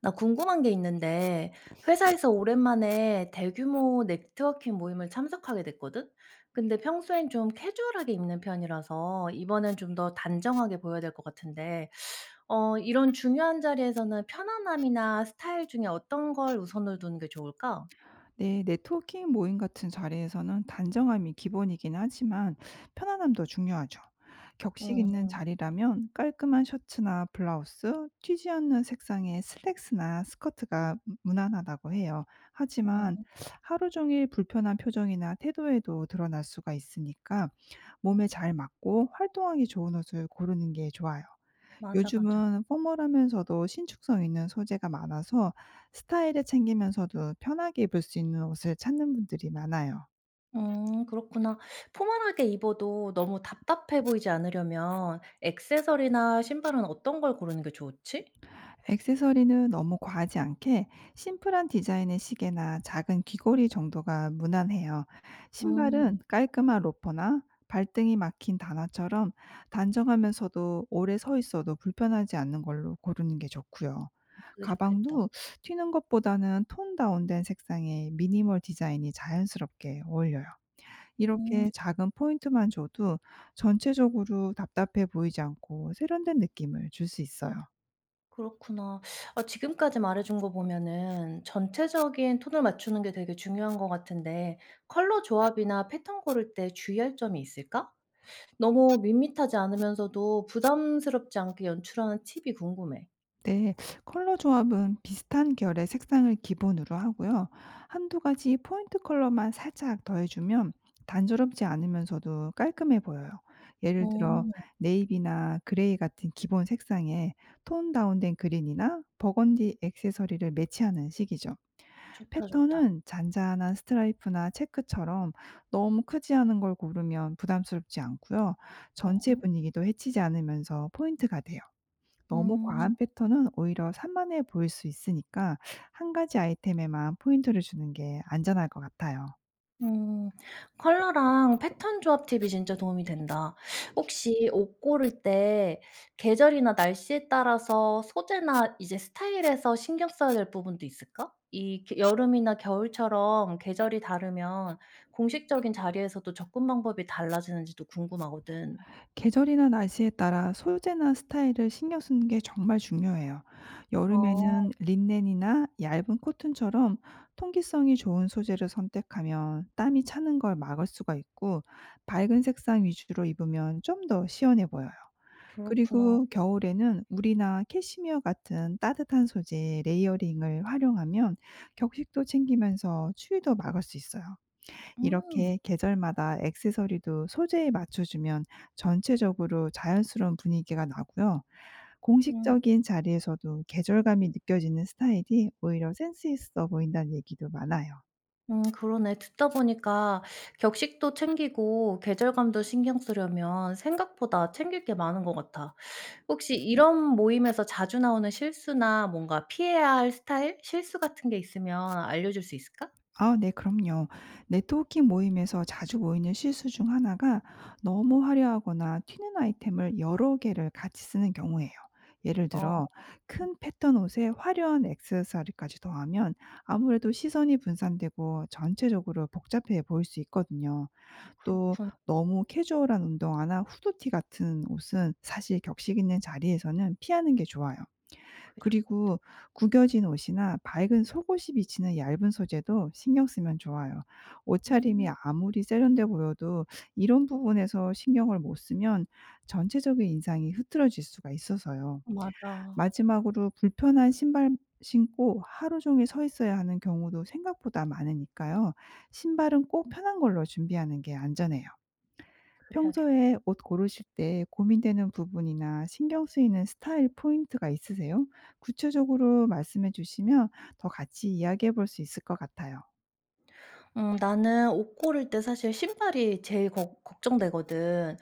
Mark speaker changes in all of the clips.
Speaker 1: 나 궁금한 게 있는데, 회사에서 오랜만에 대규모 네트워킹 모임을 참석하게 됐거든? 근데 평소엔 좀 캐주얼하게 입는 편이라서 이번엔 좀 더 단정하게 보여야 될 것 같은데, 이런 중요한 자리에서는 편안함이나 스타일 중에 어떤 걸 우선을 두는 게 좋을까?
Speaker 2: 네, 네트워킹 모임 같은 자리에서는 단정함이 기본이긴 하지만 편안함도 중요하죠. 격식
Speaker 1: 음,
Speaker 2: 있는 자리라면 깔끔한 셔츠나 블라우스, 튀지 않는 색상의 슬랙스나 스커트가 무난하다고 해요.
Speaker 1: 음,
Speaker 2: 하지만 하루 종일 불편한 표정이나 태도에도 드러날 수가 있으니까 몸에 잘 맞고 활동하기 좋은 옷을 고르는 게 좋아요.
Speaker 1: 맞아, 맞아.
Speaker 2: 요즘은 포멀하면서도 신축성 있는 소재가 많아서 스타일을 챙기면서도 편하게 입을 수 있는 옷을 찾는 분들이 많아요.
Speaker 1: 그렇구나. 포멀하게 입어도 너무 답답해 보이지 않으려면 액세서리나 신발은 어떤 걸 고르는 게 좋지?
Speaker 2: 액세서리는 너무 과하지 않게 심플한 디자인의 시계나 작은 귀걸이 정도가 무난해요.
Speaker 1: 음,
Speaker 2: 신발은 깔끔한 로퍼나 발등이 막힌 단화처럼 단정하면서도 오래 서 있어도 불편하지 않는 걸로 고르는 게 좋고요.
Speaker 1: 그게 좋겠다.
Speaker 2: 가방도 튀는 것보다는 톤 다운된 색상의 미니멀 디자인이 자연스럽게 어울려요.
Speaker 1: 음,
Speaker 2: 이렇게 작은 포인트만 줘도 전체적으로 답답해 보이지 않고 세련된 느낌을 줄 수 있어요.
Speaker 1: 그렇구나. 아, 지금까지 말해 준 거 보면은 전체적인 톤을 맞추는 게 되게 중요한 것 같은데, 컬러 조합이나 패턴 고를 때 주의할 점이 있을까? 너무 밋밋하지 않으면서도 부담스럽지 않게 연출하는 팁이 궁금해.
Speaker 2: 네, 컬러 조합은 비슷한 결의 색상을 기본으로 하고요. 한두 가지 포인트 컬러만 살짝 더해주면 단조롭지 않으면서도 깔끔해 보여요. 예를 들어,
Speaker 1: 음,
Speaker 2: 네이비나 그레이 같은 기본 색상에 톤 다운된 그린이나 버건디 액세서리를 매치하는 식이죠.
Speaker 1: 좋다, 좋다.
Speaker 2: 패턴은 잔잔한 스트라이프나 체크처럼 너무 크지 않은 걸 고르면 부담스럽지 않고요. 전체
Speaker 1: 어허.
Speaker 2: 분위기도 해치지 않으면서 포인트가 돼요. 너무
Speaker 1: 음.
Speaker 2: 과한 패턴은 오히려 산만해 보일 수 있으니까 한 가지 아이템에만 포인트를 주는 게 안전할 것 같아요.
Speaker 1: 음. 컬러랑 패턴 조합 팁이 진짜 도움이 된다. 혹시 옷 고를 때 계절이나 날씨에 따라서 소재나 이제 스타일에서 신경 써야 될 부분도 있을까? 이 게 여름이나 겨울처럼 계절이 다르면 공식적인 자리에서도 접근 방법이 달라지는지도 궁금하거든.
Speaker 2: 계절이나 날씨에 따라 소재나 스타일을 신경 쓰는 게 정말 중요해요.
Speaker 1: 아,
Speaker 2: 여름에는 린넨이나 얇은 코튼처럼 통기성이 좋은 소재를 선택하면 땀이 차는 걸 막을 수가 있고, 밝은 색상 위주로 입으면 좀 더 시원해 보여요.
Speaker 1: 그렇구나.
Speaker 2: 그리고 겨울에는 울이나 캐시미어 같은 따뜻한 소재 레이어링을 활용하면 격식도 챙기면서 추위도 막을 수 있어요.
Speaker 1: 음.
Speaker 2: 이렇게 계절마다 액세서리도 소재에 맞춰주면 전체적으로 자연스러운 분위기가 나고요.
Speaker 1: 음.
Speaker 2: 공식적인 자리에서도 계절감이 느껴지는 스타일이 오히려 센스 있어 보인다는 얘기도 많아요.
Speaker 1: 음, 그러네. 듣다 보니까 격식도 챙기고 계절감도 신경 쓰려면 생각보다 챙길 게 많은 것 같아. 혹시 이런 모임에서 자주 나오는 실수나 뭔가 피해야 할 스타일, 실수 같은 게 있으면 알려줄 수 있을까?
Speaker 2: 아, 네, 그럼요. 네트워킹 모임에서 자주 모이는 실수 중 하나가 너무 화려하거나 튀는 아이템을 여러 개를 같이 쓰는 경우예요. 예를 들어,
Speaker 1: 어,
Speaker 2: 큰 패턴 옷에 화려한 액세서리까지 더하면 아무래도 시선이 분산되고 전체적으로 복잡해 보일 수 있거든요. 또
Speaker 1: 그렇구나.
Speaker 2: 너무 캐주얼한 운동화나 후드티 같은 옷은 사실 격식 있는 자리에서는 피하는 게 좋아요.
Speaker 1: 그게 좋다.
Speaker 2: 그리고 구겨진 옷이나 밝은 속옷이 비치는 얇은 소재도 신경 쓰면 좋아요. 옷차림이
Speaker 1: 음,
Speaker 2: 아무리 세련돼 보여도 이런 부분에서 신경을 못 쓰면 전체적인 인상이 흐트러질 수가 있어서요.
Speaker 1: 맞아.
Speaker 2: 마지막으로 불편한 신발 신고 하루 종일 서 있어야 하는 경우도 생각보다 많으니까요. 신발은 꼭 편한 걸로 준비하는 게 안전해요.
Speaker 1: 그래야겠다.
Speaker 2: 평소에 옷 고르실 때 고민되는 부분이나 신경 쓰이는 스타일 포인트가 있으세요? 구체적으로 말씀해 주시면 더 같이 이야기해 볼 수 있을 것 같아요.
Speaker 1: 음, 나는 옷 고를 때 사실 신발이 제일 거 걱정되거든.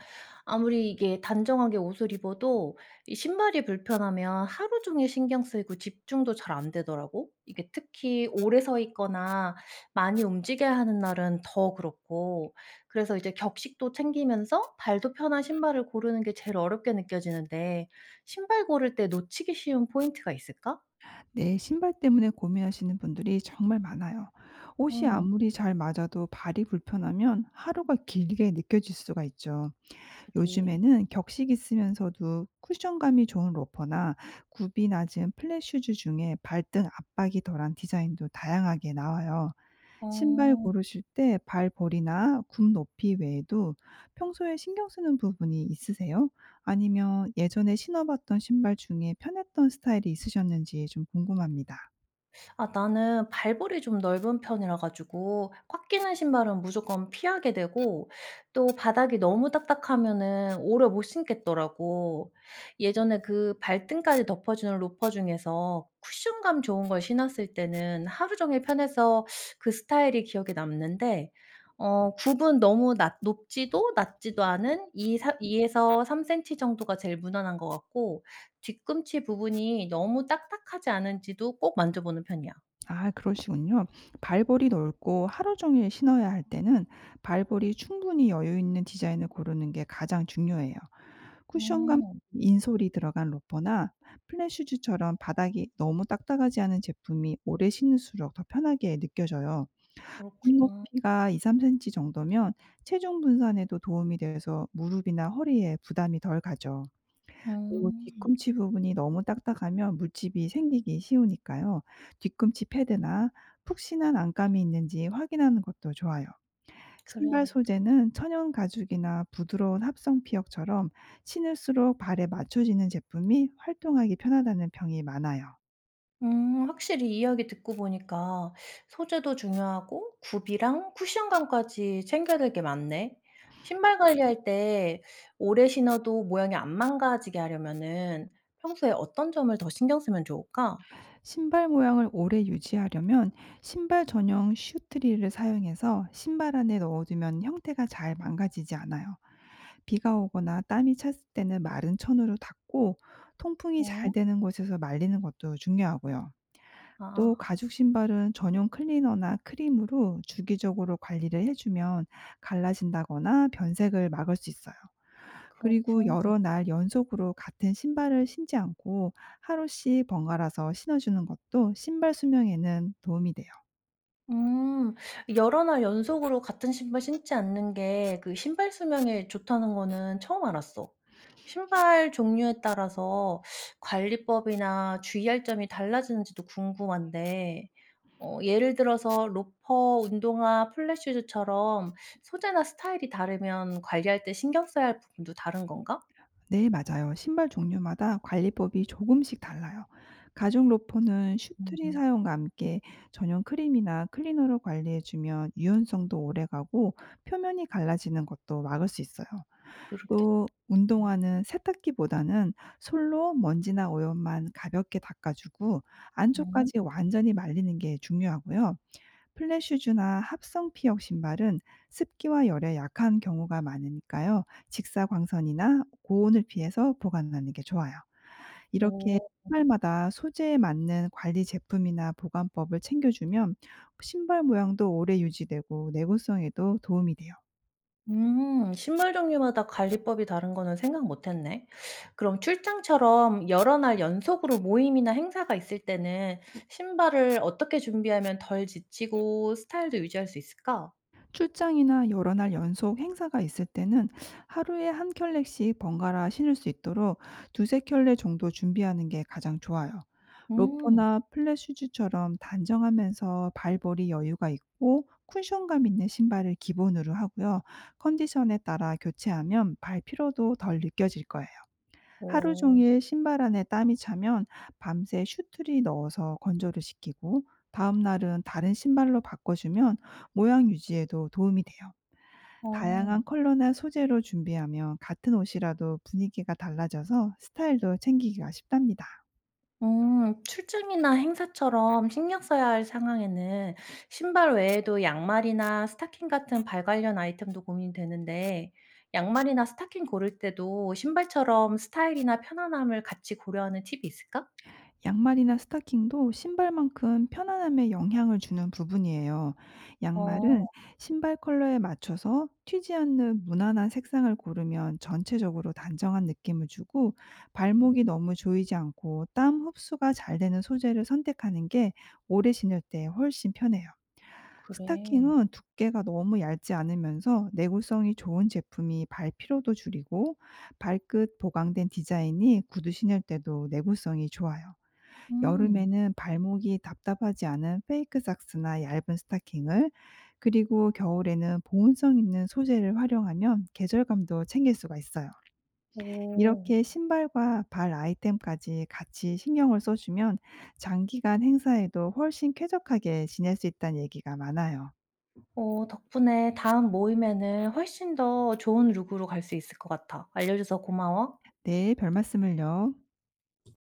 Speaker 1: 아무리 이게 단정하게 옷을 입어도 이 신발이 불편하면 하루 종일 신경 쓰이고 집중도 잘 안 되더라고. 이게 특히 오래 서 있거나 많이 움직여야 하는 날은 더 그렇고. 그래서 이제 격식도 챙기면서 발도 편한 신발을 고르는 게 제일 어렵게 느껴지는데 신발 고를 때 놓치기 쉬운 포인트가 있을까?
Speaker 2: 네, 신발 때문에 고민하시는 분들이 정말 많아요. 옷이
Speaker 1: 음.
Speaker 2: 아무리 잘 맞아도 발이 불편하면 하루가 길게 느껴질 수가 있죠.
Speaker 1: 그지.
Speaker 2: 요즘에는 격식이 있으면서도 쿠션감이 좋은 로퍼나 굽이 낮은 플랫슈즈 중에 발등 압박이 덜한 디자인도 다양하게 나와요. 신발
Speaker 1: 어.
Speaker 2: 고르실 때 발볼이나 굽 높이 외에도 평소에 신경 쓰는 부분이 있으세요? 아니면 예전에 신어봤던 신발 중에 편했던 스타일이 있으셨는지 좀 궁금합니다.
Speaker 1: 아, 나는 발볼이 좀 넓은 편이라 가지고 꽉 끼는 신발은 무조건 피하게 되고 또 바닥이 너무 딱딱하면은 오래 못 신겠더라고. 예전에 그 발등까지 덮어 주는 로퍼 중에서 쿠션감 좋은 걸 신었을 때는 하루 종일 편해서 그 스타일이 기억에 남는데, 굽은 너무 낮 높지도 낮지도 않은 2 3에서 3 센티 정도가 제일 무난한 것 같고, 뒤꿈치 부분이 너무 딱딱하지 않은지도 꼭 만져보는 편이야.
Speaker 2: 아, 그러시군요. 발볼이 넓고 하루 종일 신어야 할 때는 발볼이 충분히 여유 있는 디자인을 고르는 게 가장 중요해요. 쿠션감
Speaker 1: 음.
Speaker 2: 인솔이 들어간 로퍼나 플랫슈즈처럼 바닥이 너무 딱딱하지 않은 제품이 오래 신을수록 더 편하게 느껴져요. 눈
Speaker 1: 그렇구나.
Speaker 2: 높이가 2~3 cm 정도면 체중 분산에도 도움이 돼서 무릎이나 허리에 부담이 덜 가죠. 또
Speaker 1: 음.
Speaker 2: 뒤꿈치 부분이 너무 딱딱하면 물집이 생기기 쉬우니까요. 뒤꿈치 패드나 푹신한 안감이 있는지 확인하는 것도 좋아요. 신발
Speaker 1: 그래야겠다.
Speaker 2: 소재는 천연 가죽이나 부드러운 합성 피혁처럼 신을수록 발에 맞춰지는 제품이 활동하기 편하다는 평이 많아요.
Speaker 1: 음, 확실히 이야기 듣고 보니까 소재도 중요하고 굽이랑 쿠션감까지 챙겨야 될 게 많네. 신발 관리할 때 오래 신어도 모양이 안 망가지게 하려면은 평소에 어떤 점을 더 신경 쓰면 좋을까?
Speaker 2: 신발 모양을 오래 유지하려면 신발 전용 슈트리를 사용해서 신발 안에 넣어두면 형태가 잘 망가지지 않아요. 비가 오거나 땀이 찼을 때는 마른 천으로 닦고 통풍이 잘
Speaker 1: 음.
Speaker 2: 되는 곳에서 말리는 것도 중요하고요. 또
Speaker 1: 아,
Speaker 2: 가죽 신발은 전용 클리너나 크림으로 주기적으로 관리를 해주면 갈라진다거나 변색을 막을 수 있어요. 그리고
Speaker 1: 그렇군.
Speaker 2: 여러 날 연속으로 같은 신발을 신지 않고 하루씩 번갈아서 신어주는 것도 신발 수명에는 도움이 돼요.
Speaker 1: 음. 여러 날 연속으로 같은 신발 신지 않는 게 그 신발 수명에 좋다는 거는 처음 알았어. 신발 종류에 따라서 관리법이나 주의할 점이 달라지는지도 궁금한데, 예를 들어서 로퍼, 운동화, 플랫 슈즈처럼 소재나 스타일이 다르면 관리할 때 신경 써야 할 부분도 다른 건가?
Speaker 2: 네, 맞아요. 신발 종류마다 관리법이 조금씩 달라요. 가죽 로퍼는 슈트리
Speaker 1: 음.
Speaker 2: 사용과 함께 전용 크림이나 클리너로 관리해주면 유연성도 오래가고 표면이 갈라지는 것도 막을 수 있어요.
Speaker 1: 그렇겠다.
Speaker 2: 또 운동화는 세탁기보다는 솔로 먼지나 오염만 가볍게 닦아 주고
Speaker 1: 음.
Speaker 2: 안쪽까지 완전히 말리는 게 중요하고요. 플랫 슈즈나 합성 피혁 신발은 습기와 열에 약한 경우가 많으니까요. 직사광선이나 고온을 피해서 보관하는 게 좋아요. 이렇게
Speaker 1: 오.
Speaker 2: 신발마다 소재에 맞는 관리 제품이나 보관법을 챙겨 주면 신발 모양도 오래 유지되고 내구성에도 도움이 돼요.
Speaker 1: 식물 종류마다 관리법이 다른 거는 생각 못 했네. 그럼 출장처럼 여러 날 연속으로 모임이나 행사가 있을 때는 신발을 어떻게 준비하면 덜 지치고 스타일도 유지할 수 있을까?
Speaker 2: 출장이나 여러 날 연속 행사가 있을 때는 하루에 한 켤레씩 번갈아 신을 수 있도록 두세 켤레 정도 준비하는 게 가장 좋아요.
Speaker 1: 음,
Speaker 2: 로퍼나 플랫슈즈처럼 단정하면서 발볼이 여유가 있고 쿠션감 있는 신발을 기본으로 하고요. 컨디션에 따라 교체하면 발 피로도 덜 느껴질 거예요. 하루
Speaker 1: 오,
Speaker 2: 종일 신발 안에 땀이 차면 밤새 슈트를 넣어서 건조를 시키고 다음 날은 다른 신발로 바꿔주면 모양 유지에도 도움이 돼요.
Speaker 1: 어.
Speaker 2: 다양한 컬러나 소재로 준비하면 같은 옷이라도 분위기가 달라져서 스타일도 챙기기가 쉽답니다.
Speaker 1: 음, 출장이나 행사처럼 신경 써야 할 상황에는 신발 외에도 양말이나 스타킹 같은 발 관련 아이템도 고민되는데 양말이나 스타킹 고를 때도 신발처럼 스타일이나 편안함을 같이 고려하는 팁이 있을까?
Speaker 2: 양말이나 스타킹도 신발만큼 편안함에 영향을 주는 부분이에요. 양말은
Speaker 1: 어,
Speaker 2: 신발 컬러에 맞춰서 튀지 않는 무난한 색상을 고르면 전체적으로 단정한 느낌을 주고 발목이 너무 조이지 않고 땀 흡수가 잘 되는 소재를 선택하는 게 오래 신을 때 훨씬 편해요.
Speaker 1: 그래.
Speaker 2: 스타킹은 두께가 너무 얇지 않으면서 내구성이 좋은 제품이 발 피로도 줄이고 발끝 보강된 디자인이 구두 신을 때도 내구성이 좋아요.
Speaker 1: 음.
Speaker 2: 여름에는 발목이 답답하지 않은 페이크 삭스나 얇은 스타킹을, 그리고 겨울에는 보온성 있는 소재를 활용하면 계절감도 챙길 수가 있어요.
Speaker 1: 오.
Speaker 2: 이렇게 신발과 발 아이템까지 같이 신경을 써주면 장기간 행사에도 훨씬 쾌적하게 지낼 수 있다는 얘기가 많아요.
Speaker 1: 오, 덕분에 다음 모임에는 훨씬 더 좋은 룩으로 갈 수 있을 것 같아. 알려줘서 고마워.
Speaker 2: 네, 별 말씀을요.